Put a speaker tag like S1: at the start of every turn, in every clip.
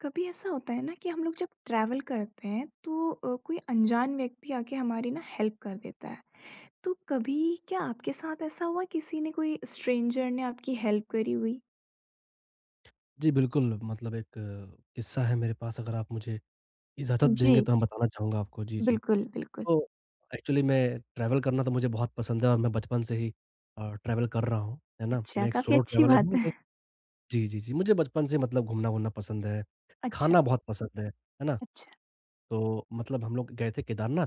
S1: कभी ऐसा होता है ना कि हम लोग जब ट्रैवल करते हैं तो कोई अनजान व्यक्ति आके हमारी ना हेल्प कर देता है। तो कभी क्या आपके साथ ऐसा हुआ किसी ने कोई स्ट्रेंजर ने आपकी हेल्प करी हुई?
S2: जी, बिल्कुल, मतलब एक किस्सा है मेरे पास अगर आप मुझे इजाज़त देंगे
S1: जी,
S2: तो मैं बताना चाहूँगा आपको। जी, जी।
S1: बिल्कुल, बिल्कुल।
S2: तो एक्चुअली मैं ट्रैवल करना तो मुझे बहुत पसंद है और मैं बचपन से ही ट्रैवल कर रहा हूँ, है ना?
S1: अच्छा,
S2: मैं एक
S1: काफ़ी
S2: सोलो
S1: अच्छी
S2: ट्रैवलर
S1: बात
S2: हूँ
S1: है।
S2: मैं जी, जी, जी। मुझे बचपन से मतलब घूमना-वूमना पसंद है,
S1: अच्छा,
S2: खाना बहुत पसंद है ना?
S1: अच्छा,
S2: तो मतलब हम लोग गए थे केदारनाथ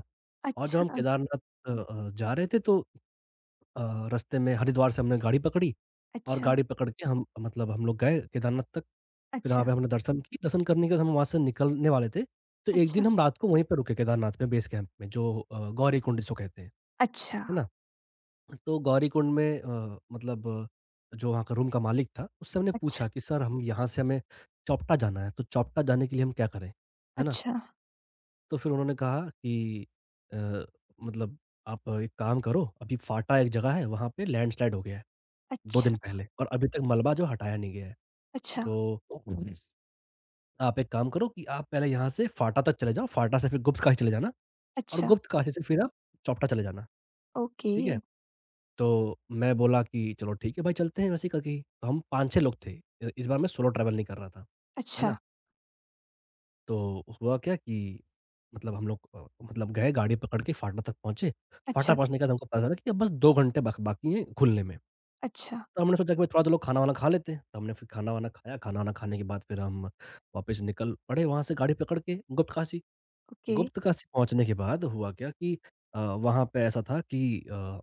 S2: और जब हम
S1: अच्छा,
S2: केदारनाथ जा रहे थे तो रास्ते में हरिद्वार से हमने गाड़ी पकड़ी और
S1: अच्छा,
S2: गाड़ी पकड़ के हम मतलब हम लोग गए केदारनाथ तक। फिर वहाँ
S1: अच्छा,
S2: पे हमने दर्शन किए, दर्शन करने के बाद हम वहाँ से निकलने वाले थे। तो एक दिन
S1: अच्छा,
S2: हम रात को वहीं पे रुके केदारनाथ में बेस कैंप में जो गौरीकुंड जिसको कहते हैं।
S1: अच्छा,
S2: है ना? तो गौरीकुंड में मतलब जो वहाँ का रूम का मालिक था, उससे हमने पूछा कि सर हम यहाँ से हमें चौपटा जाना है, तो चौपटा जाने के लिए हम क्या करें? है ना?
S1: अच्छा, अच्छा,
S2: तो फिर उन्होंने कहा कि अ, मतलब आप एक काम करो, अभी फाटा एक जगह है, वहाँ पे लैंडस्लाइड हो गया है, 2
S1: अच्छा,
S2: दिन पहले और अभी तक मलबा जो हटाया नहीं गया है।
S1: अच्छा,
S2: तो आप एक काम करो कि आप पहले यहाँ से फाटा तक चले जाओ, फाटा से फिर गुप्तकाशी चले जाना और
S1: अच्छा,
S2: गुप्तकाशी से फिर आप चौपटा चले जाना।
S1: ओके,
S2: ठीक है? तो मैं बोला कि चलो ठीक है भाई चलते हैं वैसे ही करके ही। तो हम 5-6 लोग थे। इस बार मैं सोलो ट्रैवल नहीं कर रहा था। है
S1: अच्छा,
S2: ना? तो हुआ क्या कि मतलब हम लोग मतलब गए गाड़ी पकड़ के फाटक तक पहुँचे। फाटक
S1: अच्छा,
S2: पहुँचने के बाद हमको पता चला कि अब बस 2 घंटे बक बाकी हैं खुलने में।
S1: अच्छा,
S2: तो हमने सोचा कि भाई थोड़ा-सा लोग खाना-वाना खा लेते हैं। तो हमने फिर खाना-वाना खाया, खाना-वाना खाने के बाद फिर हम वापस निकल पड़े वहाँ से गाड़ी पकड़ के गुप्तकाशी।
S1: ओके,
S2: गुप्त काशी पहुँचने के बाद हुआ क्या कि वहाँ पे ऐसा था कि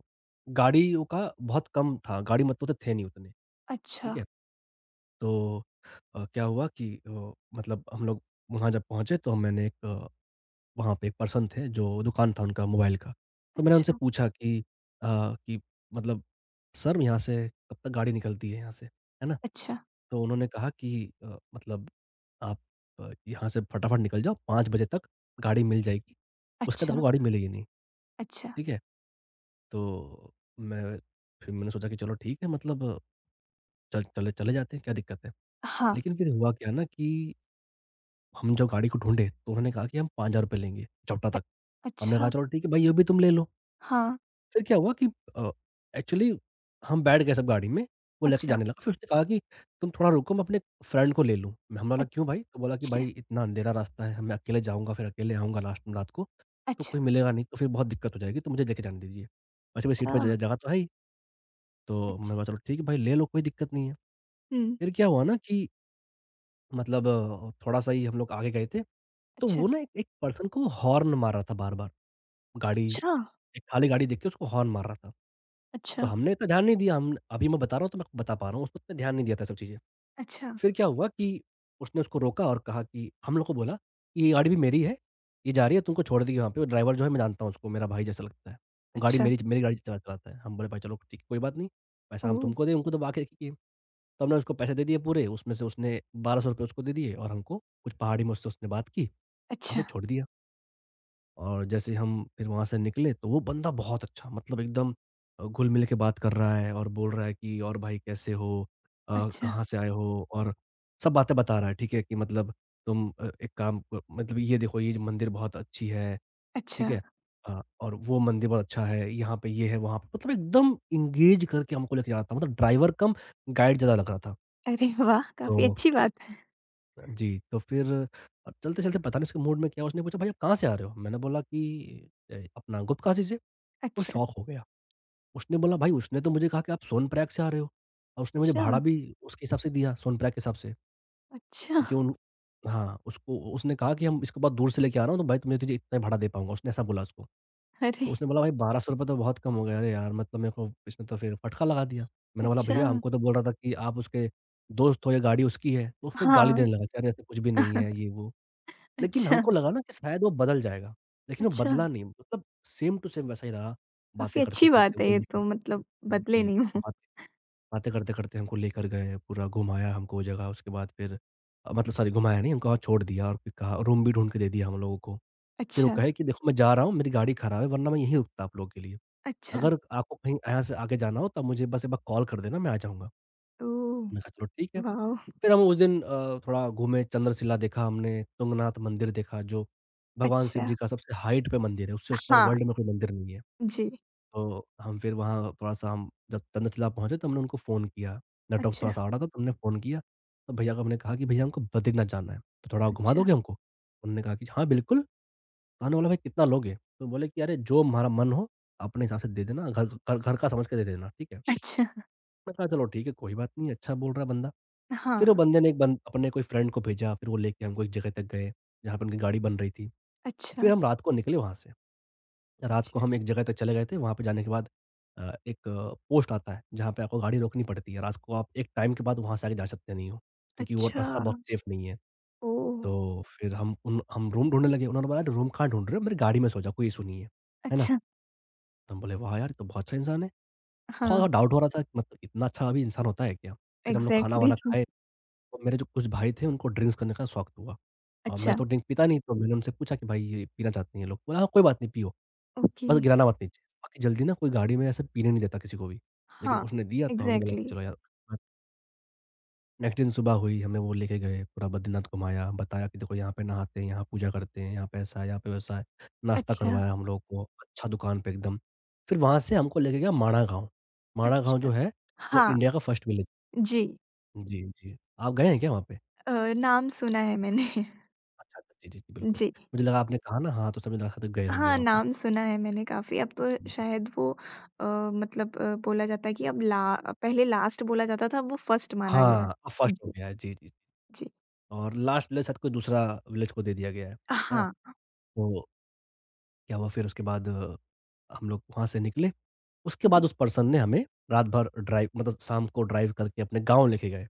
S2: गाड़ियों का बहुत कम था, गाड़ी मतलब तो थे नहीं उतने,
S1: अच्छा,
S2: ठीक है। तो क्या हुआ कि मतलब हम लोग वहाँ जब पहुँचे तो मैंने एक वहाँ पे एक पर्सन थे जो दुकान था उनका मोबाइल का, तो मैंने उनसे
S1: अच्छा,
S2: पूछा कि अ, कि मतलब "सर यहाँ से कब तक गाड़ी निकलती है यहाँ से?" है ना?
S1: अच्छा,
S2: तो उन्होंने कहा कि मतलब आप यहाँ से फटाफट निकल जाओ 5 बजे तक गाड़ी मिल जाएगी, उसके बाद
S1: अच्छा,
S2: आपको गाड़ी मिलेगी नहीं,
S1: अच्छा।
S2: ठीक है? तो मैं फिर मैंने सोचा कि चलो ठीक है मतलब चल चले चले जाते हैं, क्या दिक्कत है?
S1: हाँ।
S2: लेकिन फिर हुआ क्या ना कि हम जब गाड़ी को ढूँढे तो उन्होंने कहा कि हम ₹5000 लेंगे चौबटा
S1: अ,
S2: तक। हमने कहा
S1: अच्छा,
S2: चलो ठीक है भाई ये भी तुम ले लो।
S1: हाँ,
S2: फिर क्या हुआ कि अ, एक्चुअली हम बैठ गए सब गाड़ी में, वो लेके
S1: अच्छा,
S2: जाने लगा। फिर उसने कहा कि तुम थोड़ा रुको मैं अपने फ्रेंड को ले लूँ। मैं हमने बोला क्यों भाई? तो बोला कि
S1: अच्छा,
S2: भाई इतना अंधेरा रास्ता है, मैं अकेले जाऊँगा फिर अकेले आऊँगा लास्ट में रात को, तो
S1: अच्छा,
S2: कोई मिलेगा नहीं तो फिर बहुत दिक्कत हो जाएगी तो मुझे लेके जाने दीजिए। वैसे भी सीट
S1: अच्छा,
S2: में ज जगह तो है ही, तो मैंने
S1: अच्छा,
S2: बोला चलो ठीक है भाई ले लो कोई दिक्कत नहीं है।
S1: हुँ,
S2: फिर क्या हुआ ना कि मतलब थोड़ा-सा ही हम लोग आगे गए थे, तो
S1: अच्छा,
S2: वो ना एक एक पर्सन को हॉर्न मार रहा था बार-बार। गाड़ी
S1: अच्छा,
S2: एक खाली गाड़ी देख के उसको हॉर्न मार रहा था। तो
S1: अच्छा,
S2: हमने इतना ध्यान नहीं दिया, हम अभी मैं बता रहा हूँ तो मैं आपको बता पा रहा हूँ, उसने इतना ध्यान नहीं दिया था सब चीज़ें।
S1: अच्छा,
S2: फिर क्या हुआ कि उसने उसको रोका और कहा कि हम लोग को बोला कि ये गाड़ी भी मेरी है, ये जा रही है तुमको छोड़ देगी वहाँ पे, वो ड्राइवर जो है मैं जानता हूँ उसको, मेरा भाई जैसा लगता है। वो गाड़ी
S1: अच्छा,
S2: मेरी गाड़ी चलाता है। हम बोले भाई चलो ठीक है कोई बात नहीं, पैसा हम
S1: ओह!
S2: तुमको दें, उनको दबा के तो हमने उसको पैसे दे दिए पूरे, उसमें से उसने ₹1200 उसको दे दिए और हमको कुछ पहाड़ी में उससे उसने बात की और
S1: अच्छा,
S2: फिर छोड़ दिया। और जैसे ही हम फिर वहाँ से निकले तो वो बंदा बहुत अच्छा मतलब एकदम घुल-मिल के बात कर रहा है और बोल रहा है कि और भाई कैसे हो?
S1: अच्छा,
S2: कहाँ से आए हो? और सब बातें बता रहा है, ठीक है? कि मतलब तुम एक काम क मतलब ये देखो ये मंदिर बहुत अच्छी है,
S1: अच्छा,
S2: ठीक है? और वो मंदिर बहुत अच्छा है, यहाँ पे ये है, वहाँ पे मतलब एकदम एंगेज करके हमको लेके जा रहा था। मतलब ड्राइवर कम गाइड ज़्यादा लग रहा था।
S1: अरे वाह!
S2: तो
S1: काफ़ी अच्छी बात है।
S2: जी, तो फिर अब चलते-चलते पता नहीं उसके मूड में क्या उसने पूछा, "भाई आप कहाँ से आ रहे हो?" मैंने बोला कि अपना गुप्तकाशी से। वो
S1: अच्छा,
S2: शॉक हो गया। उसने बोला, "भाई उसने तो मुझे कहा कि आप सोनप्रयाग से आ रहे हो" और उसने मुझे
S1: अच्छा,
S2: भाड़ा भी उसके हिसाब से दिया, सोनप्रयाग के हिसाब से।
S1: अच्छा,
S2: क्योंकि उन हाँ, उसको उसने कहा कि हम इसको बहुत दूर से लेके आ रहा हूँ तो भाई तुझे तुझे इतना ही भाड़ा दे पाऊँगा, उसने ऐसा बोला उसको।
S1: अरे!
S2: तो उसने बोला, "भाई ₹1200 तो बहुत कम हो गया। अरे यार! मतलब मेरे को इसने तो फिर फटका लगा दिया।" मैंने बोला,
S1: अच्छा,
S2: "भैया हमको तो बोल रहा था कि आप उसके दोस्त हो या गाड़ी उसकी है।" तो उस पे गाली
S1: हाँ,
S2: देने लगा कि, "अरे ऐसा कुछ भी नहीं है, ये वो।" लेकिन
S1: अच्छा,
S2: हमको लगा ना कि शायद वो बदल जाएगा, लेकिन वो
S1: अच्छा,
S2: बदला नहीं मतलब सेम टू सेम वैसा ही रहा। बातें
S1: काफ़ी अच्छी
S2: करते-करते
S1: बात है
S2: हमको
S1: ये
S2: लेके
S1: तो मतलब बदले
S2: जी,
S1: नहीं हो।
S2: बातें बातें करते-करते हमको लेकर गए, पूरा घुमाया हमको वो जगह उसके बाद फिर मतलब सॉरी घुमाया नहीं हमको वहाँ छोड़ दिया और फिर कहा रूम भी ढूँढ के दे दिया हम लोगों को। फिर वो
S1: अच्छा,
S2: कहे कि देखो मैं जा रहा हूँ, मेरी गाड़ी खराब है वरना मैं यहीं रुकता आप लोगों के लिए।
S1: अच्छा,
S2: अगर आपको कहीं यहाँ से आगे जाना हो तब मुझे बस एक बार कॉल कर देना मैं आ जाऊँगा।
S1: ओह!
S2: मैंने कहा चलो ठीक है।
S1: वॉव!
S2: फिर हम उस दिन थोड़ा घूमे, चंद्रशिला देखा हमने, तुंगनाथ मंदिर देखा जो भगवान शिव
S1: अच्छा,
S2: जी का सबसे हाइट पे मंदिर है, उससे ऊपर
S1: हाँ,
S2: वर्ल्ड में कोई मंदिर नहीं है।
S1: जी,
S2: तो हम फिर वहाँ थोड़ा-सा हम जब चंद्रशिला पहुँचे तो हमने उनको फ़ोन किया, नेटवर्क
S1: अच्छा,
S2: थोड़ा-सा आ रहा था तो हमने फ़ोन किया, तो भैया को हमने कहा कि भैया हमको बद्रीनाथ जाना है, तो थोड़ा घुमा
S1: अच्छा,
S2: दोगे हमको? उन्होंने कहा कि हाँ, बिल्कुल। तो हमने बोला भाई कितना लोगे? तो बोले कि अरे जो हमारा मन हो, अपने हिसाब से दे देना, घर घर घर का समझ के दे देना, ठीक है?
S1: अच्छा।
S2: मैं कहा चलो ठीक है, कोई बात नहीं, अच्छा बोल रहा है बंदा।
S1: हाँ,
S2: फिर वो बंदे ने एक बन अपने कोई फ्रेंड को भेजा, फिर वो लेके हमको एक जगह तक गए, जहाँ पे उनकी गाड़ी बन रही थी।
S1: अच्छा,
S2: फिर हम रात को निकले वहाँ से। रात को
S1: अच्छा,
S2: हम एक जगह तक चले गए थे, वहाँ पे जाने के बाद एक पोस्ट आता है, जहाँ पे आपको गाड़ी रोकनी पड़ती है। रात को आप एक टाइम के बाद वहाँ से आगे जा सकते नहीं हो, क्योंकि वो
S1: अच्छा,
S2: रास्ता बहुत सेफ नहीं है।
S1: ओह!
S2: तो फिर हम रूम ढूँढने लगे, उन्होंने बोला, "रूम कहाँ ढूँढ रहे हो? मेरी गाड़ी में सो जाओ, कोई इश्यू नहीं है।" है ना?
S1: अच्छा,
S2: तो हम बोले, "वाह यार! ये तो बहुत अच्छा इंसान है।"
S1: हाँ,
S2: थोड़ा-थोड़ा डाउट हो रहा था, कि मतलब इतना अच्छा भी इंसान होता है क्या? फिर हम लोग
S1: एग्ज़ैक्टली।
S2: खाना-वाना खाए। और मेरे जो कुछ भाई थे उनको ड्रिंक्स करने का शौक तो हुआ। मैं
S1: अच्छा,
S2: तो ड्रिंक पीता नहीं तो मैंने उनसे पूछा कि भाई ये पीना चाहते हैं ये लोग? बोला हाँ कोई बात नहीं पियो,
S1: ओके,
S2: बस गिराना मत नीचे। बाकी जल्दी ना कोई गाड़ी में ऐसे पीने नहीं देता किसी को भी। लेकिन
S1: हाँ,
S2: उसने दिया तो हमने बोला कि
S1: एग्ज़ैक्टली।
S2: चलो यार नेक्स्ट दिन सुबह हुई हमने वो लेके गए, पूरा बद्रीनाथ घुमाया, बताया कि देखो यहाँ पे नहाते हैं, यहाँ पूजा करते हैं, यहाँ पे ऐसा है, यहाँ पे वैसा है। नाश्ता
S1: अच्छा,
S2: करवाया हम लोगों को अच्छा दुकान पे एकदम। फिर वहाँ से हमको लेके गया माणा गाँव। माणा गाँव जो
S1: अच्छा,
S2: है वो
S1: हाँ,
S2: इंडिया का फर्स्ट विलेज
S1: जी।
S2: जी, जी। आप गए हैं क्या वहाँ पे?
S1: अ, नाम सुना है मैंने।
S2: अच्छा, अच्छा। जी, जी, जी, बिल्कुल।
S1: जी,
S2: मुझे लगा आपने कहा ना हाँ, तो समझ लगा शायद गए होंगे
S1: हाँ,
S2: वहाँ पे।
S1: नाम सुना है मैंने काफ़ी, अब तो
S2: हुँ।
S1: शायद वो अ, मतलब बोला जाता है कि अब ला पहले लास्ट बोला जाता था, अब वो फर्स्ट माना गया है।
S2: हाँ, अब फर्स्ट हो
S1: जी,
S2: गया है। जी, जी।
S1: जी,
S2: और लास्ट विलेज शायद कोई दूसरा विलेज को दे दिया गया है। है ना?
S1: हाँ,
S2: तो क्या हुआ फिर उसके बाद हम लोग वहाँ से निकले। उसके
S1: जी,
S2: बाद उस पर्सन ने हमें रात भर ड्राइव मतलब शाम को ड्राइव करके अपने गाँव लेके गए।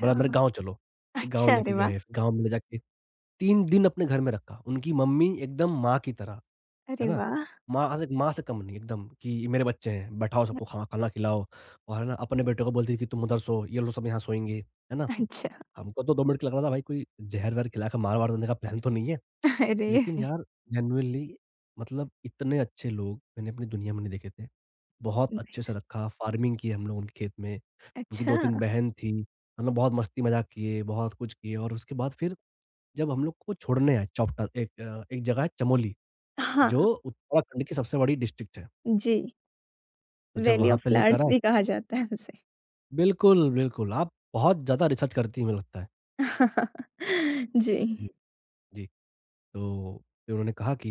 S2: बोला मेरे गाँव चलो। गाँव
S1: अच्छा, अरे
S2: लेके
S1: वाह!
S2: गए, गाँव में ले जाके 3 दिन अपने घर में रखा। उनकी मम्मी एकदम माँ की तरह। है
S1: अरे
S2: ना?
S1: वाह!
S2: माँ से कम नहीं एकदम कि मेरे बच्चे हैं, बैठाओ सबको खा खाना खिलाओ और है ना अपने बेटे को बोलती है कि तुम उधर सो, ये लोग सब यहाँ सोएँगे, है ना?
S1: अच्छा,
S2: हमको तो 2 मिनट का लग रहा था भाई कोई ज़हर-वहर खिला के मार-वार देने का प्लान तो नहीं है।
S1: अरे
S2: लेकिन यार जेनुइनली मतलब इतने अच्छे लोग मैंने अपनी दुनिया में नहीं देखे थे। बहुत अच्छे से
S1: नेक्स्ट।
S2: रखा, फार्मिंग की हम लोग उनके खेत में, उनकी
S1: अच्छा।
S2: 2-3 बहन थी, हम लोग बहुत मस्ती मज़ाक किए, बहुत कुछ किए और उसके बाद फिर जब हम लोग को छोड़ने आए चौपटा एक जगह है चमोली,
S1: हाँ,
S2: जो उत्तराखंड की सबसे बड़ी डिस्ट्रिक्ट है।
S1: जी,
S2: तो जब
S1: वैली
S2: वहाँ
S1: ऑफ़
S2: पे लेकर
S1: फ्लावर्स
S2: आए
S1: भी कहा जाता है उसे।
S2: बिल्कुल, बिल्कुल, आप बहुत ज़्यादा रिसर्च करती हैं मुझे लगता है।
S1: जी।
S2: जी, जी, तो फिर उन्होंने कहा कि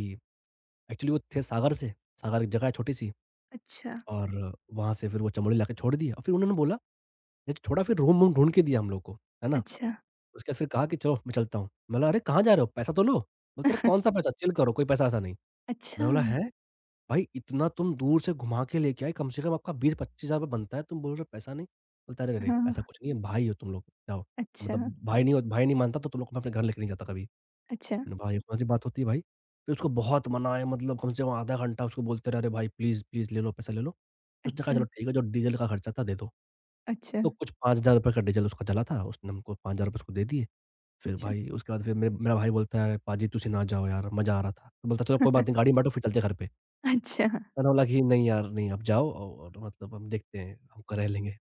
S2: एक्चुअली वो थे सागर से, सागर एक जगह है छोटी-सी
S1: अच्छा,
S2: और वहाँ से फिर वो चमोली लाके छोड़ दिया और फिर उन्होंने बोला जब छोड़ा फिर रूम-वूम ढूँढ के दिया हम लोग को, है ना?
S1: अच्छा,
S2: उसके बाद फिर कहा कि चलो मैं चलता हूँ। मैं बोला, "अरे! कहाँ जा रहे हो? पैसा तो लो।" बोलता, "अरे! कौन-सा पैसा? चिल करो, कोई पैसा-वैसा नहीं।"
S1: अच्छा,
S2: मैंने बोला, "हैं?" भाई इतना तुम दूर से घुमा के लेके आए, कम से कम आपका 20-25,000 रुपए बनता है, तुम बोल रहे हो पैसा नहीं? बोलता है, "अरे! अरे!
S1: हाँ,
S2: ऐसा कुछ नहीं है, भाई हो तुम लोग, जाओ।"
S1: अच्छा,
S2: मतलब भाई नहीं हो भाई नहीं मानता तो तुम लोग को मैं अपने घर लेके नहीं जाता कभी।
S1: अच्छा,
S2: मैंने बोला, "भाई ये कौन-सी बात होती है भाई?" फिर उसको बहुत मनाए मतलब कम से कम आधा घंटा उसको बोलते रहे, "अरे भाई प्लीज़, प्लीज़ ले लो, पैसा ले लो।" उसने कहा,
S1: अच्छा,
S2: "चलो ठीक है, जो डीज़ल का खर्चा था दे दो।"
S1: अच्छा,
S2: तो कुछ 5,000 रुपए का डीज़ल उसका चला था, उसने हमको 5,000 रुपए उसको दे दिए। फिर
S1: अच्छा,
S2: भाई उसके बाद फिर मेरे मेरा भाई बोलता है, "पाजी तुसी ना जाओ यार, मज़ा आ रहा था।" तो बोलता है, "चलो कोई बात नहीं, गाड़ी में बैठो फिर चलते हैं घर पे।"
S1: अच्छा,
S2: मैंने बोला कि नहीं यार नहीं आप जाओ और मतलब हम देखते हैं हम कर रह लेंगे।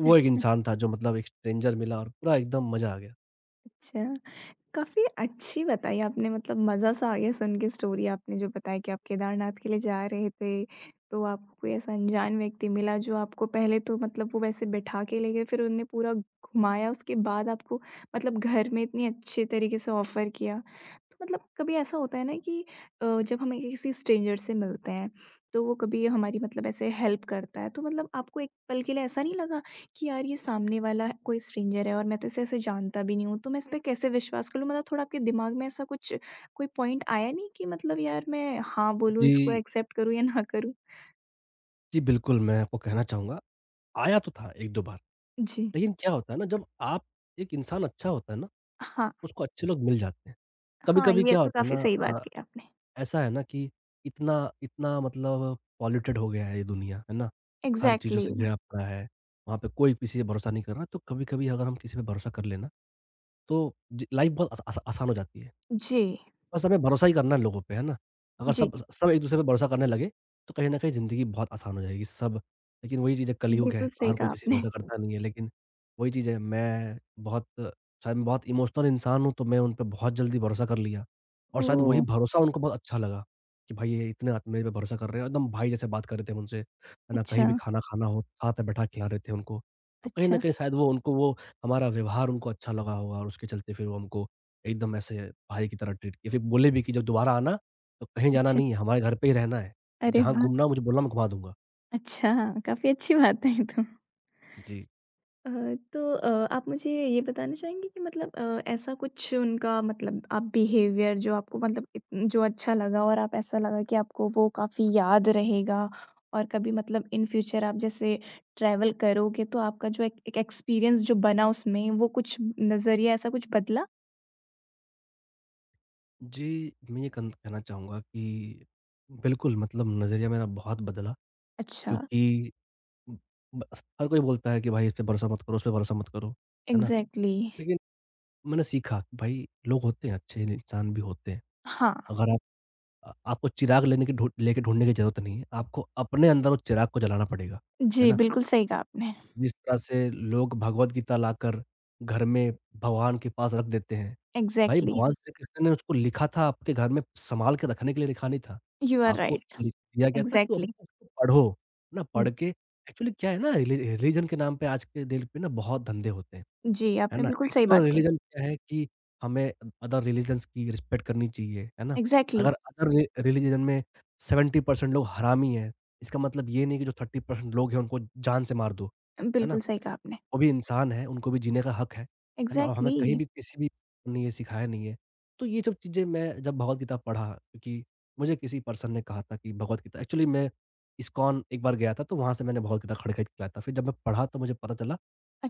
S2: वो एक
S1: अच्छा,
S2: इंसान था जो मतलब एक स्ट्रेंजर मिला और पूरा एकदम मज़ा आ गया।
S1: अच्छा। काफ़ी अच्छी बताई आपने, मतलब मज़ा सा आ गया सुन के स्टोरी आपने जो बताई कि आप केदारनाथ के लिए जा रहे थे, तो आपको कोई ऐसा अनजान व्यक्ति मिला जो आपको पहले तो मतलब वो वैसे बैठा के ले गए, फिर उन्होंने पूरा घुमाया, उसके बाद आपको मतलब घर में इतनी अच्छे तरीके से ऑफ़र किया। तो मतलब कभी ऐसा होता है ना कि जब हम एक किसी स्ट्रेंजर से मिलते हैं, तो वो कभी हमारी मतलब ऐसे हेल्प करता है, तो मतलब आपको एक पल के लिए ऐसा नहीं लगा कि यार ये सामने वाला कोई स्ट्रेंजर है और मैं तो इसे ऐसे जानता भी नहीं हूँ, तो मैं इस पे कैसे विश्वास कर लूँ? मतलब थोड़ा आपके दिमाग में ऐसा कुछ कोई पॉइंट आया नहीं कि मतलब यार मैं हाँ बोलूँ, इसको
S2: जी,
S1: एक्सेप्ट करूँ या ना करूँ?
S2: जी बिल्कुल मैं आपको कहना चाहूँगा, आया तो था 1-2 बार,
S1: जी।
S2: लेकिन क्या होता है ना जब आप एक इंसान अच्छा होता है ना,
S1: हाँ,
S2: उसको अच्छे लोग मिल जाते हैं।
S1: हाँ,
S2: कभी-कभी
S1: ये
S2: क्या
S1: तो
S2: होता है
S1: काफ़ी
S2: ना
S1: सही बात
S2: अ,
S1: की आपने।
S2: ऐसा है ना कि इतना इतना मतलब पॉल्यूटेड हो गया है ये दुनिया, है ना? हर चीज़ों
S1: एग्ज़ैक्टली।
S2: से घिरा पड़ा है, वहाँ पे कोई किसी पे भरोसा नहीं कर रहा, तो कभी-कभी अगर हम किसी पे भरोसा कर लें ना, तो ज लाइफ़ बहुत आसा आसा आसान हो जाती है।
S1: जी,
S2: बस हमें भरोसा ही करना है लोगों पे, है ना? अगर
S1: जी।
S2: सब एक-दूसरे पे भरोसा करने लगे, तो कहीं न कहीं ज़िंदगी बहुत आसान हो जाएगी सब लेकिन वही चीज़ है कलयुग है,
S1: बिल्कुल
S2: तो
S1: सही
S2: हर कोई
S1: कहा
S2: किसी पे
S1: आपने।
S2: भरोसा करता नहीं है लेकिन वही चीज़ है मैं बहुत शायद मैं बहुत इमोशनल इंसान हूँ, तो मैं उन पे बहुत जल्दी भरोसा कर लिया और शायद
S1: ओह!
S2: वही भरोसा उनको बहुत अच्छा लगा कि भाई ये इतने आद मेरे पे भरोसा कर रहे हैं, एकदम भाई जैसे बात कर रहे थे मुझसे, है ना? कहीं
S1: अच्छा,
S2: भी खाना खाना हो, साथ में बैठा के खिला रहे थे उनको। तो कहीं न
S1: अच्छा,
S2: कहीं शायद वो उनको वो हमारा व्यवहार उनको अच्छा लगा होगा और उसके चलते फिर वो हमको एकदम ऐसे भाई की तरह ट्रीट किया, फिर बोले भी कि जब दोबारा आना तो कहीं जाना
S1: अच्छा।
S2: नहीं है, हमारे घर पे ही रहना है।
S1: अरे
S2: जहाँ
S1: वाह!
S2: घूमना हो मुझे बोलना मैं घुमा दूँगा।
S1: अच्छा, काफ़ी अच्छी बात है ये तो।
S2: जी।
S1: अ, तो अ, आप मुझे ये बताना चाहेंगे कि मतलब ऐसा कुछ उनका मतलब आप बिहेवियर जो आपको मतलब जो अच्छा लगा और आप ऐसा लगा कि आपको वो काफ़ी याद रहेगा और कभी मतलब इन फ्यूचर आप जैसे ट्रैवल करोगे तो आपका जो एक एक्सपीरियंस जो बना उसमें वो कुछ नज़रिया ऐसा कुछ बदला।
S2: जी, मैं ये कन कहना चाहूँगा कि बिल्कुल मतलब नज़रिया मेरा बहुत बदला
S1: अच्छा।
S2: क्योंकि उम, बस हर कोई बोलता है कि भाई इस पे भरोसा मत करो, उस पे भरोसा मत करो, है ना?
S1: Exactly, exactly.
S2: लेकिन मैंने सीखा कि भाई लोग होते हैं अच्छे इंसान भी होते हैं।
S1: हाँ।
S2: अगर आप आपको चिराग लेने की ढूँढ लेके ढूँढने की ज़रूरत नहीं है, आपको अपने अंदर उस चिराग को जलाना पड़ेगा, है
S1: जी,
S2: ना?
S1: बिल्कुल सही कहा आपने।
S2: जिस तरह से लोग भगवद गीता लाकर घर में भगवान के पास रख देते हैं। भाई
S1: एग्जैक्टली।
S2: भगवान श्री कृष्ण ने उसको लिखा था आपके घर में सँभाल के रखने के लिए लिखा नहीं था।
S1: यू आर
S2: आपको
S1: राइट।
S2: उसको लिख दिया गया था कि आप
S1: एग्जैक्टली।
S2: उसको पढ़ो, है ना? पढ़ के एक्चुअली क्या है ना रिलीजन के नाम पे आज के डेट पे ना बहुत धंधे होते हैं,
S1: जी,
S2: है
S1: आपने
S2: ना?
S1: बिल्कुल सही
S2: एक्चुअल
S1: बात कही।
S2: रिलीजन क्या है कि हमें अदर रिलीजन्स की रिस्पेक्ट करनी चाहिए, है ना?
S1: एग्जैक्टली।
S2: अगर अदर रि रिलीजन में 70% लोग हरामी हैं, इसका मतलब ये नहीं कि जो 30% लोग हैं उनको जान से मार दो,
S1: exactly,
S2: है ना?
S1: बिल्कुल सही कहा आपने।
S2: वो भी इंसान हैं, उनको भी जीने का हक है ना? और हमें कहीं
S1: एग्ज़ैक्टली।
S2: भी किसी भी ने ये सिखाया नहीं है। तो ये सब चीज़ें मैं जब भगवत गीता पढ़ा क्योंकि मुझे किसी पर्सन ने कहा था कि भगवत गीता एक्चुअली मैं इस्कॉन एक बार गया था तो वहाँ से मैंने भगवत गीता खड़ खड़ के लाया था। फिर जब मैं पढ़ा तो मुझे पता चला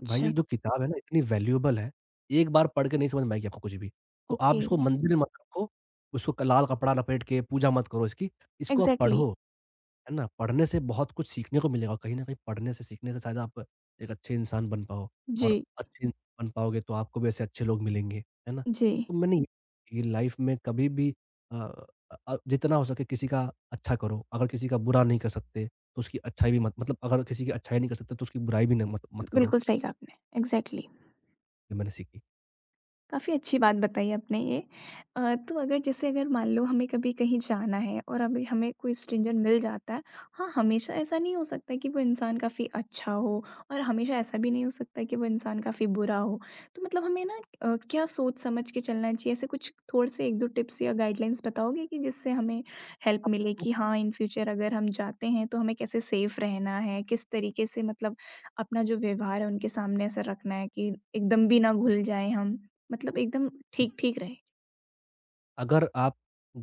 S2: कि भाई ये जो किताब है ना इतनी वैल्यूएबल है, एक बार पढ़ के नहीं समझ में आएगी आपको कुछ भी। तो आप
S1: ओके।
S2: इसको मंदिर में मत रखो, उसको क लाल कपड़ा लपेट के पूजा मत करो इसकी, इसको आप
S1: एग्ज़ैक्टली।
S2: पढ़ो। है ना? पढ़ने से बहुत कुछ सीखने को मिलेगा। कहीं न कहीं पढ़ने से, सीखने से शायद आप एक अच्छे इंसान बन पाओ और
S1: जी,
S2: अच्छे इंसान बन पाओगे तो आपको भी ऐसे अच्छे लोग मिलेंगे, है ना?
S1: जी।
S2: तो मैंने ये लाइफ में कभी भी अ जितना हो सके किसी का अच्छा करो। अगर किसी का बुरा नहीं कर सकते तो उसकी अच्छाई भी मत मतलब अगर किसी की अच्छाई नहीं कर सकते तो उसकी बुराई भी न मत मत करो,
S1: बिल्कुल सही कहा आपने, एग्ज़ैक्टली।
S2: ये मैंने सीखी।
S1: काफ़ी अच्छी बात बताई आपने ये। तो अगर जैसे अगर मान लो हमें कभी कहीं जाना है और अभी हमें कोई स्ट्रेंजर मिल जाता है, हाँ, हमेशा ऐसा नहीं हो सकता कि वो इंसान काफ़ी अच्छा हो और हमेशा ऐसा भी नहीं हो सकता कि वो इंसान काफ़ी बुरा हो। तो मतलब हमें ना क्या सोच समझ के चलना चाहिए? ऐसे कुछ थोड़े से 1-2 टिप्स या गाइडलाइंस बताओगे कि जिससे हमें हेल्प मिले
S2: तो
S1: कि हाँ, इन फ्यूचर अगर हम जाते हैं तो हमें कैसे सेफ रहना है, किस तरीके से मतलब अपना जो व्यवहार है उनके सामने ऐसा रखना है कि एकदम भी ना घुल जाएँ हम? मतलब एकदम ठीक-ठीक रहे।
S2: अगर आप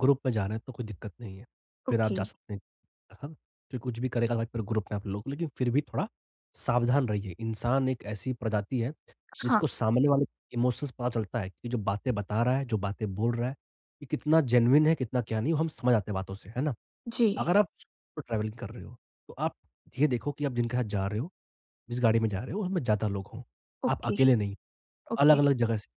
S2: ग्रुप में जा रहे हैं तो कोई दिक्कत नहीं है, फिर आप
S1: ओके,
S2: जा सकते हैं। हाँ, फिर कुछ भी करेगा भाई पूरे ग्रुप में आप लोग, लेकिन फिर भी थोड़ा सावधान रहिए। इंसान एक ऐसी प्रजाति है,
S1: हाँ,
S2: जिसको सामने वाले इमोशंस पता चलता है कि जो बातें बता रहा है, जो बातें बोल रहा है, ये कितना जेनुइन है, कितना क्या नहीं, वो हम समझ आते हैं बातों से, है ना?
S1: जी,
S2: अगर आप सोलो ट्रैवलिंग कर रहे हो, तो आप ये देखो कि आप जिनके साथ जा रहे हो, जिस गाड़ी में जा रहे हो, उसमें ज़्यादा लोग हों। आप
S1: ओके,
S2: अकेले नहीं,
S1: ओके,
S2: अलग-अलग जगह से,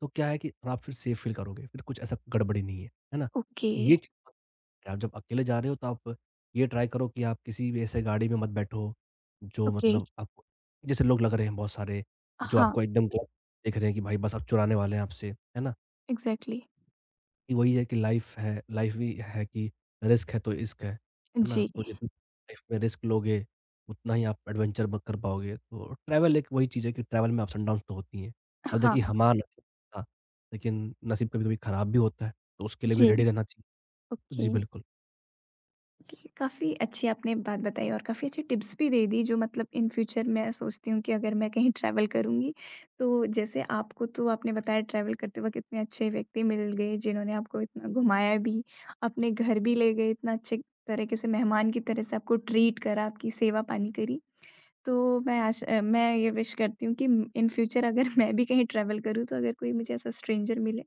S2: तो क्या है कि आप फिर सेफ फ़ील करोगे, फिर कुछ ऐसा गड़बड़ी नहीं है, है ना?
S1: ओके,
S2: ये चीज़ आप जब अकेले जा रहे हो तो आप ये ट्राई करो कि आप किसी भी ऐसे गाड़ी में मत बैठो, जो
S1: ओके,
S2: मतलब आपको जैसे लोग लग रहे हैं बहुत सारे, जो
S1: हाँ,
S2: आपको एकदम गलत देख रहे हैं कि भाई बस अब चुराने वाले हैं आपसे, है ना?
S1: एग्ज़ैक्टली,
S2: कि वही है कि लाइफ़ है लाइफ़ भी है कि रिस्क है तो इश्क है ना?
S1: जी,
S2: तो जितना लाइफ़ में रिस्क लोगे, उतना ही आप एडवेंचर ब कर पाओगे। तो ट्रैवल एक वही चीज़ है कि ट्रैवल में अप्स एंड डाउन्स तो होती हैं। अब
S1: हाँ,
S2: देखिए हमारा नसीब था, लेकिन नसीब कभी-कभी खराब भी होता है, तो उसके लिए भी रेडी
S1: जी,
S2: रहना चाहिए।
S1: ओके।
S2: जी, बिल्कुल।
S1: ओके, काफ़ी अच्छी आपने बात बताई और काफ़ी अच्छी टिप्स भी दे दी, जो मतलब इन फ्यूचर मैं सोचती हूँ कि अगर मैं कहीं ट्रैवल करूँगी, तो जैसे आपको तो आपने बताया ट्रैवल करते वक़्त इतने अच्छे व्यक्ति मिल गए जिन्होंने आपको इतना घुमाया भी, अपने घर भी ले गए, इतना अच्छे तरीके से मेहमान की तरह से आपको ट्रीट करा, आपकी सेवा-पानी करी। तो मैं ये विश करती हूँ कि इन फ्यूचर अगर मैं भी कहीं ट्रैवल करूँ तो अगर कोई मुझे ऐसा स्ट्रेंजर मिले,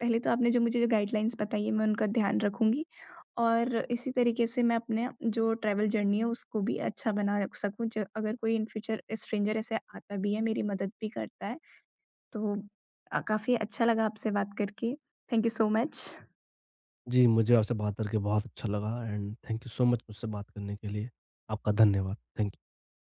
S1: पहले तो आपने जो मुझे जो गाइडलाइंस बताई है मैं उनका ध्यान रखूँगी और इसी तरीके से मैं अपने जो ट्रैवल जर्नी है उसको भी अच्छा बना सकूँ। ज अगर कोई इन फ्यूचर स्ट्रेंजर ऐसे आता भी है मेरी मदद भी करता है तो काफ़ी अच्छा लगा आपसे बात करके। Thank you so much.
S2: जी, मुझे आपसे बात करके बहुत अच्छा लगा and thank you so much मुझसे बात करने के लिए। आपका धन्यवाद। Thank you.